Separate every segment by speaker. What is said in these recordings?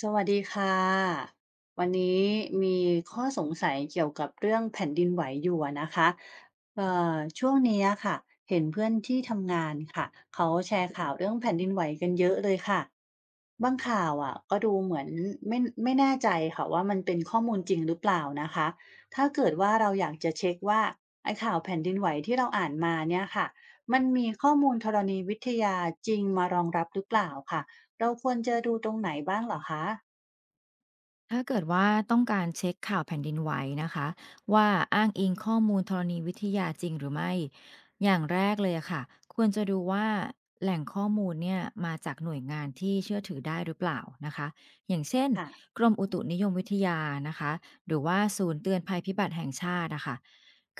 Speaker 1: สวัสดีค่ะวันนี้มีข้อสงสัยเกี่ยวกับเรื่องแผ่นดินไหวอยู่อะนะคะเอ่ช่วงเนี้ยค่ะเห็นเพื่อนที่ทำงานค่ะเขาแชร์ข่าวเรื่องแผ่นดินไหวกันเยอะเลยค่ะบางข่าวอ่ะก็ดูเหมือนไม่ไม่แน่ใจค่ะว่ามันเป็นข้อมูลจริงหรือเปล่านะคะถ้าเกิดว่าเราอยากจะเช็คว่าไอ้ข่าวแผ่นดินไหวที่เราอ่านมาเนี่ยค่ะมันมีข้อมูลธรณีวิทยาจริงมารองรับหรือเปล่าค่ะ เราควรจะดูตรงไหนบ้างเหรอคะ
Speaker 2: ถ้าเกิดว่าต้องการเช็คข่าวแผ่นดินไหวนะคะว่าอ้างอิงข้อมูลธรณีวิทยาจริงหรือไม่อย่างแรกเลยอะค่ะควรจะดูว่าแหล่งข้อมูลเนี่ยมาจากหน่วยงานที่เชื่อถือได้หรือเปล่านะคะอย่างเช่น
Speaker 1: ค่ะ
Speaker 2: กรมอุตุนิยมวิทยานะคะหรือว่าศูนย์เตือนภัยพิบัติแห่งชาตินะคะ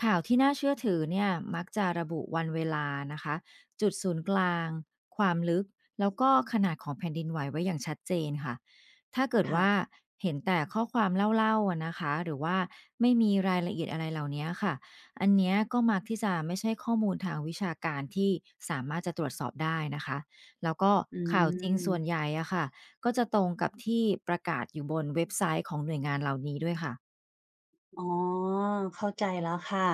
Speaker 2: ข่าวที่น่าเชื่อถือเนี่ยมักจะระบุวันเวลานะคะจุดศูนย์กลางความลึกแล้วก็ขนาดของแผ่นดินไหวไว้อย่างชัดเจนค่ะ ถ้าเกิด
Speaker 1: ค่ะ
Speaker 2: ว่าเห็นแต่ข้อความเล่าๆอะนะคะหรือว่าไม่มีรายละเอียดอะไรเหล่านี้ค่ะอันเนี้ยก็มักที่จะไม่ใช่ข้อมูลทางวิชาการที่สามารถจะตรวจสอบได้นะคะแล้วก็
Speaker 1: อื
Speaker 2: ข่าวจริงส่วนให
Speaker 1: ม
Speaker 2: ญ่อะค่ะก็จะตรงกับที่ประกาศอยู่บนเว็บไซต์ของหน่วยงานเหล่านี้ด้วยค่ะ
Speaker 1: อ๋อเข้าใจแล้วค่ะ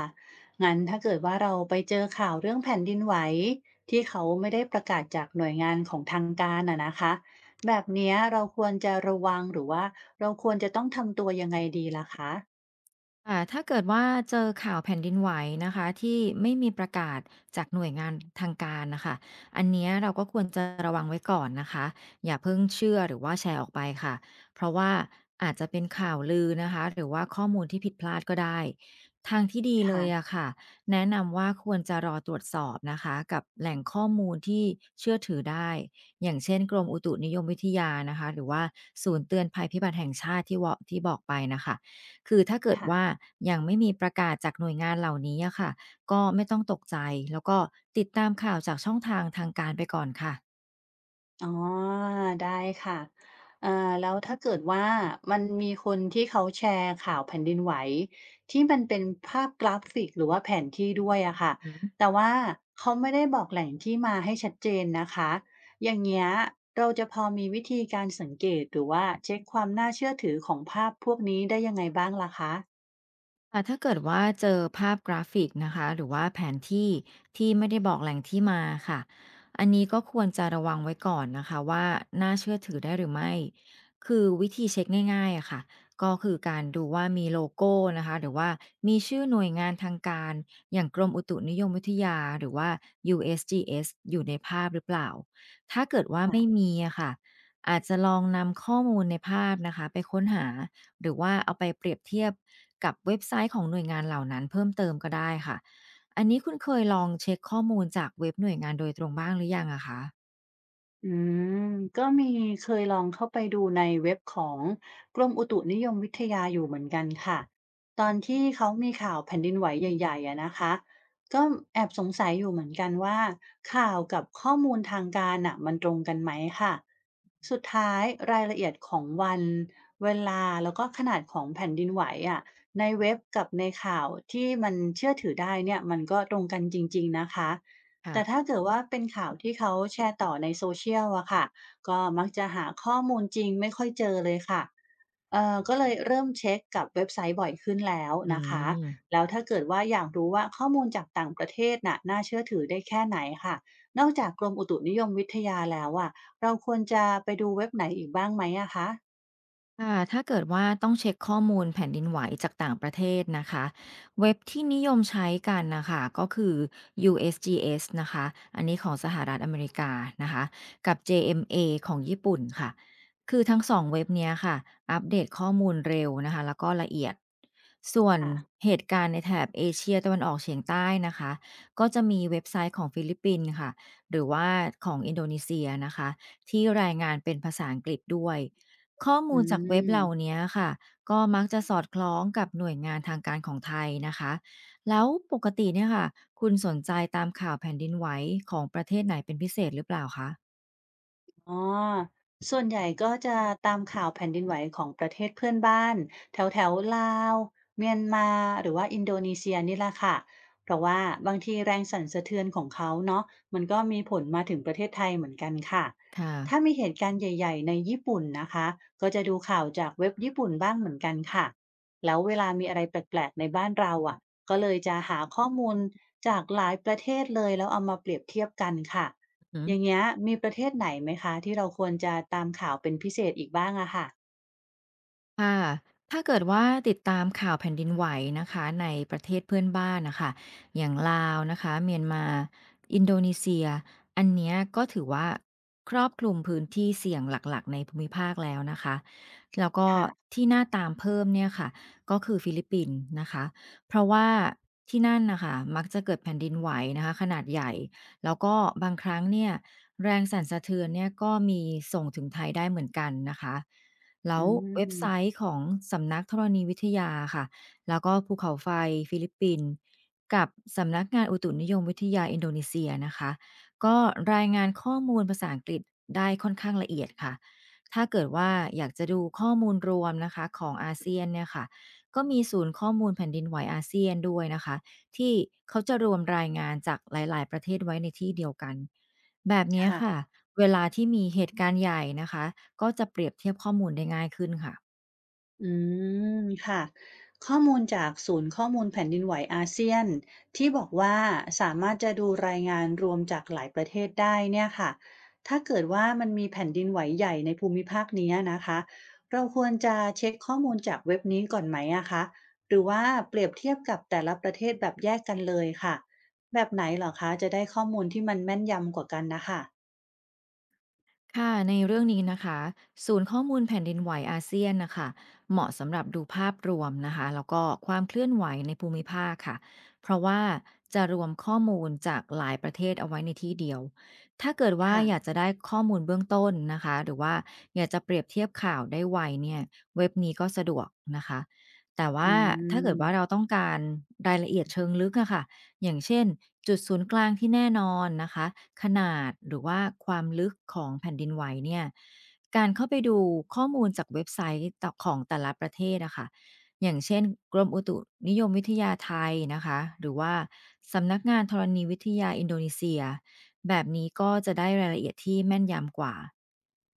Speaker 1: งั้นถ้าเกิดว่าเราไปเจอข่าวเรื่องแผ่นดินไหวที่เขาไม่ได้ประกาศจากหน่วยงานของทางการอะนะคะแบบเนี้ยเราควรจะระวังหรือว่าเราควรจะต้องทำตัวยังไงดีล่ะคะ
Speaker 2: ถ้าเกิดว่าเจอข่าวแผ่นดินไหวนะคะที่ไม่มีประกาศจากหน่วยงานทางการนะคะอันเนี้ยเราก็ควรจะระวังไว้ก่อนนะคะอย่าเพิ่งเชื่อหรือว่าแชร์ออกไปค่ะเพราะว่าอาจจะเป็นข่าวลือนะคะหรือว่าข้อมูลที่ผิดพลาดก็ได้ทางที่ดีเลย
Speaker 1: ค่ะ
Speaker 2: อะค่ะแนะนำว่าควรจะรอตรวจสอบนะคะกับแหล่งข้อมูลที่เชื่อถือได้อย่างเช่นกรมอุตุนิยมวิทยานะคะหรือว่าศูนย์เตือนภัยพิบัติแห่งชาติที่บอกไปนะคะ คือถ้าเกิด
Speaker 1: ค่ะ
Speaker 2: ว่ายังไม่มีประกาศจากหน่วยงานเหล่านี้อะค่ะก็ไม่ต้องตกใจแล้วก็ติดตามข่าวจากช่องทางทางการไปก่อนค่ะ
Speaker 1: อ๋อได้ค่ะเอ่อแล้วถ้าเกิดว่ามันมีคนที่เขาแชร์ข่าวแผ่นดินไหวที่มันเป็นภาพกราฟิกหรือว่าแผนที่ด้วยอะค่ะ
Speaker 2: อือฮึ
Speaker 1: แต่ว่าเขาไม่ได้บอกแหล่งที่มาให้ชัดเจนนะคะอย่างเงี้ยเราจะพอมีวิธีการสังเกตหรือว่าเช็คความน่าเชื่อถือของภาพพวกนี้ได้ยังไงบ้างล่ะคะ
Speaker 2: ค่ะถ้าเกิดว่าเจอภาพกราฟิกนะคะหรือว่าแผนที่ที่ไม่ได้บอกแหล่งที่มาค่ะอันนี้ก็ควรจะระวังไว้ก่อนนะคะว่าน่าเชื่อถือได้หรือไม่คือวิธีเช็คง่ายๆอะค่ะก็คือการดูว่ามีโลโก้นะคะหรือว่ามีชื่อหน่วยงานทางการอย่างกรมอุตุนิยมวิทยาหรือว่า USGS อสจีเอสอยู่ในภาพหรือเปล่าถ้าเกิดว่าไม่มีอะค่ะอาจจะลองนำข้อมูลในภาพนะคะไปค้นหา หรือว่าเอาไปเปรียบเทียบกับเว็บไซต์ของหน่วยงานเหล่านั้นเพิ่มเติมก็ได้ค่ะ อันนี้คุณเคยลองเช็คข้อมูลจากเว็บหน่วยงานโดยตรงบ้างหรือยังอะคะ
Speaker 1: อืมก็มีเคยลองเข้าไปดูในเว็บของกรมอุตุนิยมวิทยาอยู่เหมือนกันค่ะตอนที่เขามีข่าวแผ่นดินไหวใหญ่ๆอะนะคะก็แอบสงสัยอยู่เหมือนกันว่าข่าวกับข้อมูลทางการอะมันตรงกันไหมค่ะสุดท้ายรายละเอียดของวันเวลาแล้วก็ขนาดของแผ่นดินไหวอะในเว็บกับในข่าวที่มันเชื่อถือได้เนี่ยมันก็ตรงกันจริงๆนะคะ แต่ถ้า
Speaker 2: ค่ะ
Speaker 1: เกิดว่าเป็นข่าวที่เขาแชร์ต่อในโซเชียลอะค่ะก็มักจะหาข้อมูลจริงไม่ค่อยเจอเลยค่ะก็เลยเริ่มเช็คกับเว็บไซต์บ่อยขึ้นแล้ว
Speaker 2: อื
Speaker 1: นะคะ
Speaker 2: ม
Speaker 1: แล้วถ้าเกิดว่าอยากรู้ว่าข้อมูลจากต่างประเทศน่ะน่าเชื่อถือได้แค่ไหนค่ะนอกจากกรมอุตุนิยมวิทยาแล้วอะเราควรจะไปดูเว็บไหนอีกบ้างไหมอะคะ
Speaker 2: ค่ะถ้าเกิดว่าต้องเช็คข้อมูลแผ่นดินไหวจากต่างประเทศนะคะเว็บที่นิยมใช้กันนะคะก็คือ USGS นะคะอันนี้ของสหรัฐอเมริกานะคะกับ JMA ของญี่ปุ่นค่ะคือทั้งสองเว็บเนี้ยค่ะอัปเดตข้อมูลเร็วนะคะแล้วก็ละเอียดส่วน
Speaker 1: ค่ะ
Speaker 2: เหตุการณ์ในแถบเอเชียตะวันออกเฉียงใต้นะคะก็จะมีเว็บไซต์ของฟิลิปปินส์ค่ะหรือว่าของอินโดนีเซียนะคะที่รายงานเป็นภาษาอังกฤษด้วย ข้อมู
Speaker 1: อื
Speaker 2: ลจากเว็บเห
Speaker 1: ม
Speaker 2: ล่าเนี้ยค่ะก็มักจะสอดคล้องกับหน่วยงานทางการของไทยนะคะแล้วปกติเนี่ยค่ะคุณสนใจตามข่าวแผ่นดินไหวของประเทศไหนเป็นพิเศษหรือเปล่าคะ
Speaker 1: อ๋อ ส่วนใหญ่ก็จะตามข่าวแผ่นดินไหวของประเทศเพื่อนบ้านแถวแถวลาวเมียนมาหรือว่าอินโดนีเซียนี่แหละค่ะเพราะว่าบางทีแรงสั่นสะเทือนของเขาเนาะมันก็มีผลมาถึงประเทศไทยเหมือนกันค่ะ
Speaker 2: ค่ะ
Speaker 1: ถ้ามีเหตุการณ์ใหญ่ๆในญี่ปุ่นนะคะก็จะดูข่าวจากเว็บญี่ปุ่นบ้างเหมือนกันค่ะ แล้วเวลามีอะไรแปลกๆในบ้านเราอ่ะก็เลยจะหาข้อมูลจากหลายประเทศเลยแล้วเอามาเปรียบเทียบกันค่ะ
Speaker 2: อือ
Speaker 1: อย่างเงี้ยมีประเทศไหนไหมคะที่เราควรจะตามข่าวเป็นพิเศษอีกบ้างอะค่ะ
Speaker 2: ค่ะถ้าเกิดว่าติดตามข่าวแผ่นดินไหวนะคะในประเทศเพื่อนบ้านนะคะอย่างลาวนะคะเมียนมาอินโดนีเซียอันเนี้ยก็ถือว่าครอบคลุมพื้นที่เสี่ยงหลักๆในภูมิภาคแล้วนะคะแล้วก็
Speaker 1: ค่ะ
Speaker 2: ที่น่าตามเพิ่มเนี่ยค่ะก็คือฟิลิปปินส์นะคะเพราะว่าที่นั่นนะคะมักจะเกิดแผ่นดินไหวนะคะขนาดใหญ่แล้วก็บางครั้งเนี่ยแรงสั่นสะเทือนเนี่ยก็มีส่งถึงไทยได้เหมือนกันนะคะ แล้
Speaker 1: อื
Speaker 2: วเว็บ
Speaker 1: ม
Speaker 2: ไซต์ของสำนักธรณีวิทยาค่ะ แล้วก็ภูเขาไฟฟิลิปปินส์กับสำนักงานอุตุนิยมวิทยาอินโดนีเซียนะคะก็รายงานข้อมูลภาษาอังกฤษได้ค่อนข้างละเอียดค่ะถ้าเกิดว่าอยากจะดูข้อมูลรวมนะคะของอาเซียนเนี่ยค่ะก็มีศูนย์ข้อมูลแผ่นดินไหวอาเซียนด้วยนะคะที่เขาจะรวมรายงานจากหลายๆประเทศไว้ในที่เดียวกันแบบเนี้ยค่ะ
Speaker 1: ค่ะ
Speaker 2: เวลาที่มีเหตุการณ์ใหญ่นะคะก็จะเปรียบเทียบข้อมูลได้ง่ายขึ้นค่ะ
Speaker 1: อืมค่ะข้อมูลจากศูนย์ข้อมูลแผ่นดินไหวอาเซียนที่บอกว่าสามารถจะดูรายงานรวมจากหลายประเทศได้เนี่ยค่ะถ้าเกิดว่ามันมีแผ่นดินไหวใหญ่ในภูมิภาคนี้นะคะเราควรจะเช็คข้อมูลจากเว็บนี้ก่อนไหมอะคะหรือว่าเปรียบเทียบกับแต่ละประเทศแบบแยกกันเลยค่ะแบบไหนเหรอคะจะได้ข้อมูลที่มันแม่นยำกว่ากันนะคะ
Speaker 2: ค่ะในเรื่องนี้นะคะศูนย์ข้อมูลแผ่นดินไหวอาเซียนนะคะเหมาะสำหรับดูภาพรวมนะคะแล้วก็ความเคลื่อนไหวในภูมิภาคค่ะเพราะว่าจะรวมข้อมูลจากหลายประเทศเอาไว้ในที่เดียวถ้าเกิดว่า
Speaker 1: ค่ะ
Speaker 2: อยากจะได้ข้อมูลเบื้องต้นนะคะหรือว่าอยากจะเปรียบเทียบข่าวได้ไวเนี่ยเว็บนี้ก็สะดวกนะคะแต่ว่า
Speaker 1: อื
Speaker 2: ถ้าเกิด
Speaker 1: ม
Speaker 2: ว่าเราต้องการรายละเอียดเชิงลึกอะค่ะ อย่างเช่นจุดศูนย์กลางที่แน่นอนนะคะขนาดหรือว่าความลึกของแผ่นดินไหวเนี่ยการเข้าไปดูข้อมูลจากเว็บไซต์ต่อของแต่ละประเทศอะค่ะอย่างเช่นกรมอุตุนิยมวิทยาไทยนะคะหรือว่าสำนักงานธรณีวิทยาอินโดนีเซียแบบนี้ก็จะได้รายละเอียดที่แม่นยำกว่า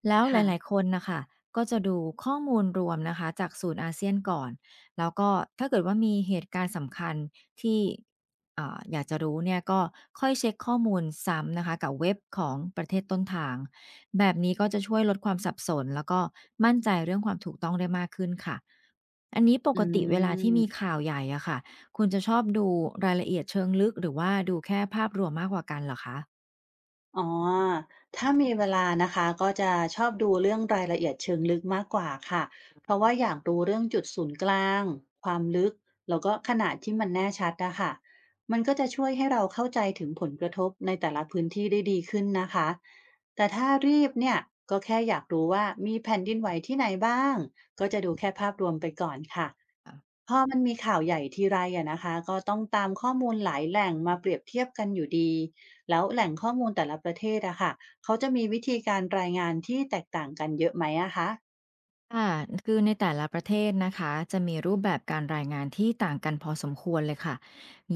Speaker 2: แล้วห
Speaker 1: ค่ะ
Speaker 2: ลายๆคนนะคะก็จะดูข้อมูลรวมนะคะจากศูนย์อาเซียนก่อนแล้วก็ถ้าเกิดว่ามีเหตุการณ์สำคัญที่ อยากจะรู้เนี่ยก็ค่อยเช็คข้อมูลซ้ำนะคะกับเว็บของประเทศต้นทางแบบนี้ก็จะช่วยลดความสับสนแล้วก็มั่นใจเรื่องความถูกต้องได้มากขึ้นค่ะอันนี้ป
Speaker 1: อื
Speaker 2: กติเว
Speaker 1: ม
Speaker 2: ลาที่มีข่าวใหญ่อะค่ะคุณจะชอบดูรายละเอียดเชิงลึกหรือว่าดูแค่ภาพรวมมากกว่ากันเหรอคะ
Speaker 1: อ๋อถ้ามีเวลานะคะก็จะชอบดูเรื่องรายละเอียดเชิงลึกมากกว่าค่ะ เพราะว่าอยากรู้เรื่องจุดศูนย์กลางความลึกแล้วก็ขนาดที่มันแน่ชัดอะค่ะมันก็จะช่วยให้เราเข้าใจถึงผลกระทบในแต่ละพื้นที่ได้ดีขึ้นนะคะ แต่ถ้ารีบเนี่ยก็แค่อยากรู้ว่ามีแผ่นดินไหวที่ไหนบ้างก็จะดูแค่ภาพรวมไปก่อนค่ะพอมันมีข่าวใหญ่ทีไรอะนะคะก็ต้องตามข้อมูลหลายแหล่งมาเปรียบเทียบกันอยู่ดี แล้วแหล่งข้อมูลแต่ละประเทศอะค่ะเขาจะมีวิธีการรายงานที่แตกต่างกันเยอะไหมอะคะ
Speaker 2: ค่ะคือในแต่ละประเทศนะคะจะมีรูปแบบการรายงานที่ต่างกันพอสมควรเลยค่ะ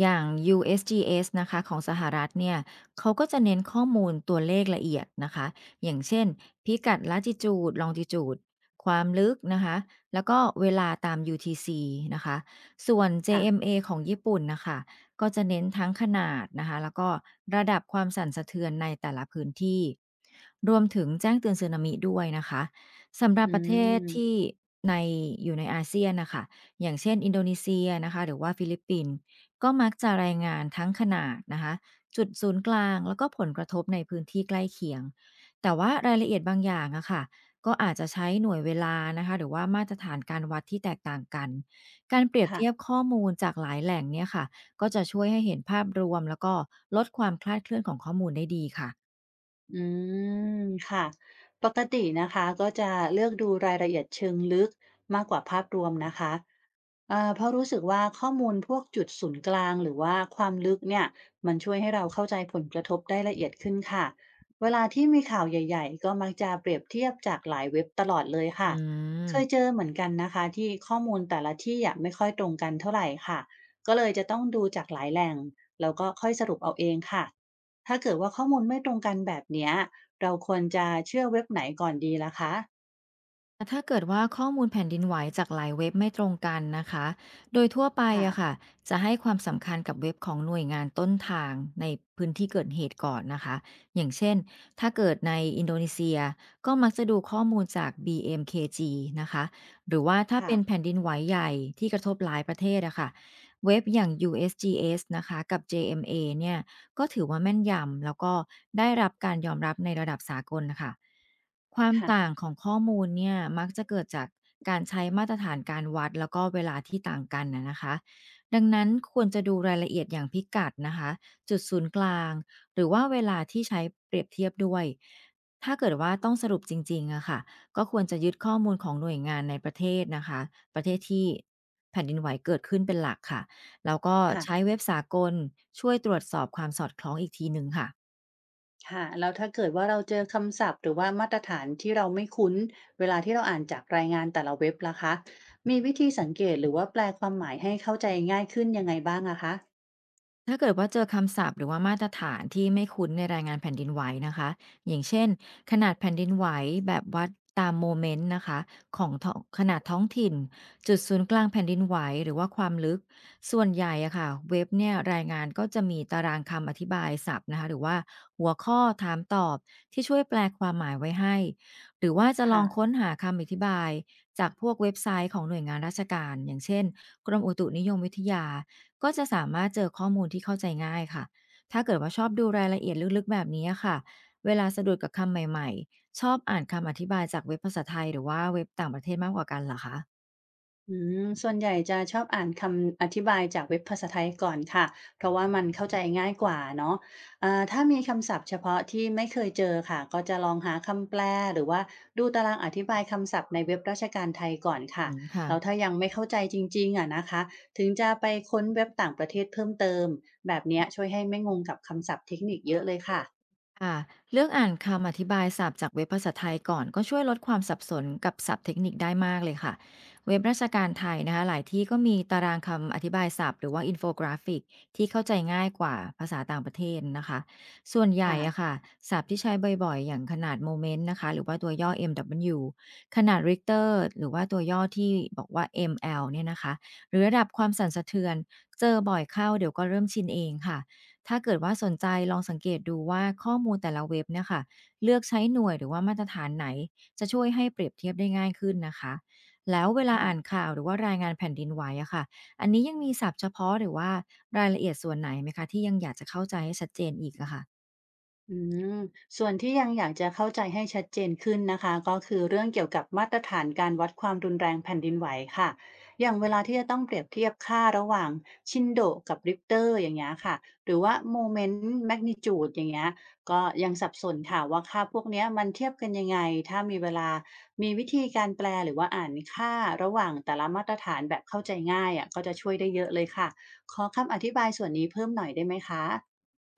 Speaker 2: อย่าง USGS นะคะของสหรัฐเนี่ยเขาก็จะเน้นข้อมูลตัวเลขละเอียดนะคะอย่างเช่นพิกัด latitude longitude ความลึกนะคะแล้วก็เวลาตาม UTC นะคะส่วน
Speaker 1: ค่ะ
Speaker 2: JMA ของญี่ปุ่นนะคะก็จะเน้นทั้งขนาดนะคะแล้วก็ระดับความสั่นสะเทือนในแต่ละพื้นที่รวมถึงแจ้งเตือนสึนามิด้วยนะคะ สำหรับ
Speaker 1: อื
Speaker 2: ประเทศที่
Speaker 1: ม
Speaker 2: ในอยู่ในอาเซียนน่ะค่ะอย่างเช่นอินโดนีเซียนะคะหรือว่าฟิลิปปินส์ก็มักจะรายงานทั้งขนาดนะคะจุดศูนย์กลางแล้วก็ผลกระทบในพื้นที่ใกล้เคียงแต่ว่ารายละเอียดบางอย่างอะค่ะก็อาจจะใช้หน่วยเวลานะคะหรือว่ามาตรฐานการวัดที่แตกต่างกันการเปรียบ
Speaker 1: ค่ะ
Speaker 2: เทียบข้อมูลจากหลายแหล่งเนี่ยค่ะก็จะช่วยให้เห็นภาพรวมแล้วก็ลดความคลาดเคลื่อนของข้อมูลได้ดีค่ะ
Speaker 1: อืม ค่ะ ปกตินะคะก็จะเลือกดูรายละเอียดเชิงลึกมากกว่าภาพรวมนะคะ เพราะรู้สึกว่าข้อมูลพวกจุดศูนย์กลางหรือว่าความลึกเนี่ยมันช่วยให้เราเข้าใจผลกระทบได้ละเอียดขึ้นค่ะเวลาที่มีข่าวใหญ่ๆก็มักจะเปรียบเทียบจากหลายเว็บตลอดเลย
Speaker 2: อื
Speaker 1: ค่ะเค
Speaker 2: ม
Speaker 1: ยเจอเหมือนกันนะคะที่ข้อมูลแต่ละที่อะไม่ค่อยตรงกันเท่าไหร่ค่ะก็เลยจะต้องดูจากหลายแหล่งแล้วก็ค่อยสรุปเอาเองค่ะถ้าเกิดว่าข้อมูลไม่ตรงกันแบบเนี้ยเราควรจะเชื่อเว็บไหนก่อนดีล่ะคะ
Speaker 2: ถ้าเกิดว่าข้อมูลแผ่นดินไหวจากหลายเว็บไม่ตรงกันนะคะ โดยทั่วไป
Speaker 1: ค่ะ
Speaker 2: อะค่ะจะให้ความสำคัญกับเว็บของหน่วยงานต้นทางในพื้นที่เกิดเหตุก่อนนะคะ อย่างเช่นถ้าเกิดในอินโดนีเซียก็มักจะดูข้อมูลจาก BMKG นะคะหรือว่าถ้า
Speaker 1: ค่ะ
Speaker 2: เป็นแผ่นดินไหวใหญ่ที่กระทบหลายประเทศอะค่ะเว็บอย่าง USGS นะคะกับ JMA เอ็มเอเนี่ย ก็ถือว่าแม่นยำแล้วก็ได้รับการยอมรับในระดับสากลน่ะค่ะความ
Speaker 1: ค่ะ
Speaker 2: ต่างของข้อมูลเนี่ยมักจะเกิดจากการใช้มาตรฐานการวัดแล้วก็เวลาที่ต่างกันน่ะนะคะดังนั้นควรจะดูรายละเอียดอย่างพิกัดนะคะจุดศูนย์กลางหรือว่าเวลาที่ใช้เปรียบเทียบด้วยถ้าเกิดว่าต้องสรุปจริงๆอะค่ะก็ควรจะยึดข้อมูลของหน่วยงานในประเทศนะคะประเทศที่แผ่นดินไหวเกิดขึ้นเป็นหลักค่ะ แล้วก็ใช้
Speaker 1: ค่ะ
Speaker 2: เว็บสากลช่วยตรวจสอบความสอดคล้องอีกทีหนึ่งค่ะ
Speaker 1: ค่ะแล้วถ้าเกิดว่าเราเจอคำศัพท์หรือว่ามาตรฐานที่เราไม่คุ้นเวลาที่เราอ่านจากรายงานแต่ละเว็บล่ะคะมีวิธีสังเกตหรือว่าแปลความหมายให้เข้าใจง่ายขึ้นยังไงบ้างอะคะ
Speaker 2: ถ้าเกิดว่าเจอคำศัพท์หรือว่ามาตรฐานที่ไม่คุ้นในรายงานแผ่นดินไหวนะคะอย่างเช่นขนาดแผ่นดินไหวแบบวัดตามโมเมนต์นะคะของท้องขนาดท้องถิ่นจุดศูนย์กลางแผ่นดินไหวหรือว่าความลึกส่วนใหญ่อะค่ะเว็บเนี่ยรายงานก็จะมีตารางคำอธิบายศัพท์นะคะหรือว่าหัวข้อถามตอบที่ช่วยแปลความหมายไว้ให้หรือว่าจะลอ
Speaker 1: ค่ะ
Speaker 2: งค้นหาคำอธิบายจากพวกเว็บไซต์ของหน่วยงานราชการอย่างเช่นกรมอุตุนิยมวิทยา ก็จะสามารถเจอข้อมูลที่เข้าใจง่ายค่ะ ถ้าเกิดว่าชอบดูรายละเอียดลึกๆแบบนี้ค่ะ เวลาสะดุดกับคำใหม่ๆ ชอบอ่านคำอธิบายจากเว็บภาษาไทยหรือว่าเว็บต่างประเทศมากกว่ากันเหรอคะ
Speaker 1: อืมส่วนใหญ่จะชอบอ่านคำอธิบายจากเว็บภาษาไทยก่อนค่ะเพราะว่ามันเข้าใจง่ายกว่าเนาะถ้ามีคำศัพท์เฉพาะที่ไม่เคยเจอค่ะก็จะลองหาคำแปลหรือว่าดูตารางอธิบายคำศัพท์ในเว็บราชการไทยก่อน
Speaker 2: อื
Speaker 1: ค่ะ
Speaker 2: มค่ะ
Speaker 1: แล้วถ้ายังไม่เข้าใจจริงๆอะนะคะ ถึงจะไปค้นเว็บต่างประเทศเพิ่มเติมแบบเนี้ยช่วยให้ไม่งงกับคำศัพท์เทคนิคเยอะเลยค่ะ
Speaker 2: ค่ะเลือกอ่านคำอธิบายศัพท์จากเว็บภาษาไทยก่อนก็ช่วยลดความสับสนกับศัพท์เทคนิคได้มากเลยค่ะเว็บราชการไทยนะคะหลายที่ก็มีตารางคำอธิบายศัพท์หรือว่าอินโฟกราฟิกที่เข้าใจง่ายกว่าภาษาต่างประเทศนะคะส่วนใหญ่
Speaker 1: ค่ะ
Speaker 2: อะค่ะศัพท์ที่ใช้บ่อยๆอย่างขนาดโมเมนต์นะคะหรือว่าตัวย่อ MW ขนาด Richter หรือว่าตัวย่อที่บอกว่า ML เนี่ยนะคะหรือระดับความสั่นสะเทือนเจอบ่อยเข้าเดี๋ยวก็เริ่มชินเองค่ะ ถ้าเกิดว่าสนใจลองสังเกตดูว่าข้อมูลแต่ละเว็บเนี่ยค่ะเลือกใช้หน่วยหรือว่ามาตรฐานไหนจะช่วยให้เปรียบเทียบได้ง่ายขึ้นนะคะแล้วเวลาอ่าน
Speaker 1: ค่ะ
Speaker 2: ข่าวหรือว่ารายงานแผ่นดินไหวอะค่ะอันนี้ยังมีศัพท์เฉพาะหรือว่ารายละเอียดส่วนไหนไหมคะที่ยังอยากจะเข้าใจให้ชัดเจนอีกอะค่ะ
Speaker 1: อืมส่วนที่ยังอยากจะเข้าใจให้ชัดเจนขึ้นนะคะก็คือเรื่องเกี่ยวกับมาตรฐานการวัดความรุนแรงแผ่นดินไหวค่ะอย่างเวลาที่จะต้องเปรียบเทียบค่าระหว่างชินโดกับริกเตอร์อย่างเงี้ยค่ะหรือว่าโมเมนต์แมกนิจูดอย่างเงี้ยก็ยังสับสนค่ะว่าค่าพวกเนี้ยมันเทียบกันยังไงถ้ามีเวลามีวิธีการแปลหรือว่าอ่านค่าระหว่างแต่ละมาตรฐานแบบเข้าใจง่ายอ่ะก็จะช่วยได้เยอะเลยค่ะขอคำอธิบายส่วนนี้เพิ่มหน่อยได้ไหมคะ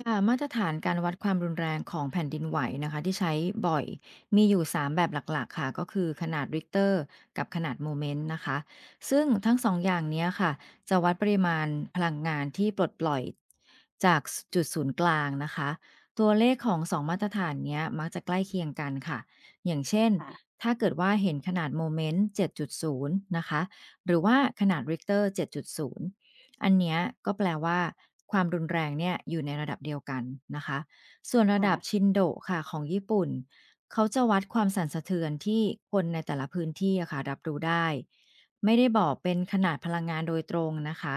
Speaker 2: ค่ะมาตรฐานการวัดความรุนแรงของแผ่นดินไหวนะคะที่ใช้บ่อยมีอยู่3แบบหลักๆค่ะก็คือขนาดริกเตอร์กับขนาดโมเมนต์นะคะซึ่งทั้งสองอย่างเนี้ยค่ะจะวัดปริมาณพลังงานที่ปลดปล่อยจากจุดศูนย์กลางนะคะตัวเลขของ2มาตรฐานเนี้ยมักจะใกล้เคียงกันค่ะอย่างเช่น
Speaker 1: ค่ะ
Speaker 2: ถ้าเกิดว่าเห็นขนาดโมเมนต์7.0นย์นะคะหรือว่าขนาดริกเตอร์7.0 อันเนี้ยก็แปลว่าความรุนแรงเนี่ยอยู่ในระดับเดียวกันนะคะส่วนระ
Speaker 1: ค
Speaker 2: ดับชินโดค่ะของญี่ปุ่นเขาจะวัดความสั่นสะเทือนที่คนในแต่ละพื้นที่อะค่ะรับรู้ได้ไม่ได้บอกเป็นขนาดพลังงานโดยตรงนะคะ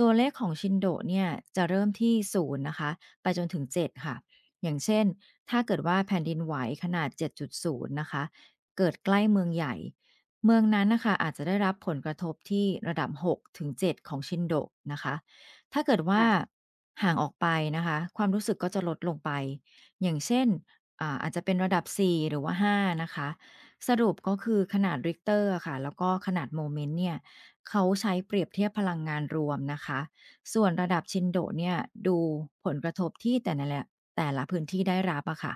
Speaker 2: ตัวเลขของชินโดเนี่ยจะเริ่มที่ศูนย์นะคะไปจนถึง7ค่ะอย่างเช่นถ้าเกิดว่าแผ่นดินไหวขนาด7.0นย์นะคะเกิดใกล้เมืองใหญ่ เมืองนั้นนะคะอาจจะได้รับผลกระทบที่ระดับ6-7ของชินโดะนะคะถ้าเกิดว่า
Speaker 1: ่ะ
Speaker 2: ห่างออกไปนะคะความรู้สึกก็จะลดลงไปอย่างเช่นอาจจะเป็นระดับ4หรือว่า5นะคะสรุปก็คือขนาดริกเตอร์ค่ะแล้วก็ขนาดโมเมนต์เนี่ยเขาใช้เปรียบเทียบพลังงานรวมนะคะส่วนระดับชินโดะเนี่ยดูผลกระทบที่แต่ละพื้นที่ได้รับอะค่ะ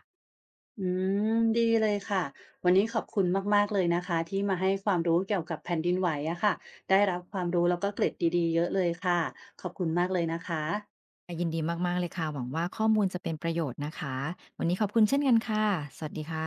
Speaker 1: อืมดีเลยค่ะวันนี้ขอบคุณมากๆเลยนะคะที่มาให้ความรู้เกี่ยวกับแผ่นดินไหวอะค่ะได้รับความรู้แล้วก็เกร็ดดีๆเยอะเลยค่ะขอบคุณมากเลยนะคะ
Speaker 2: ยินดีมากๆเลยค่ะหวังว่าข้อมูลจะเป็นประโยชน์นะคะวันนี้ขอบคุณเช่นกันค่ะสวัสดีค่ะ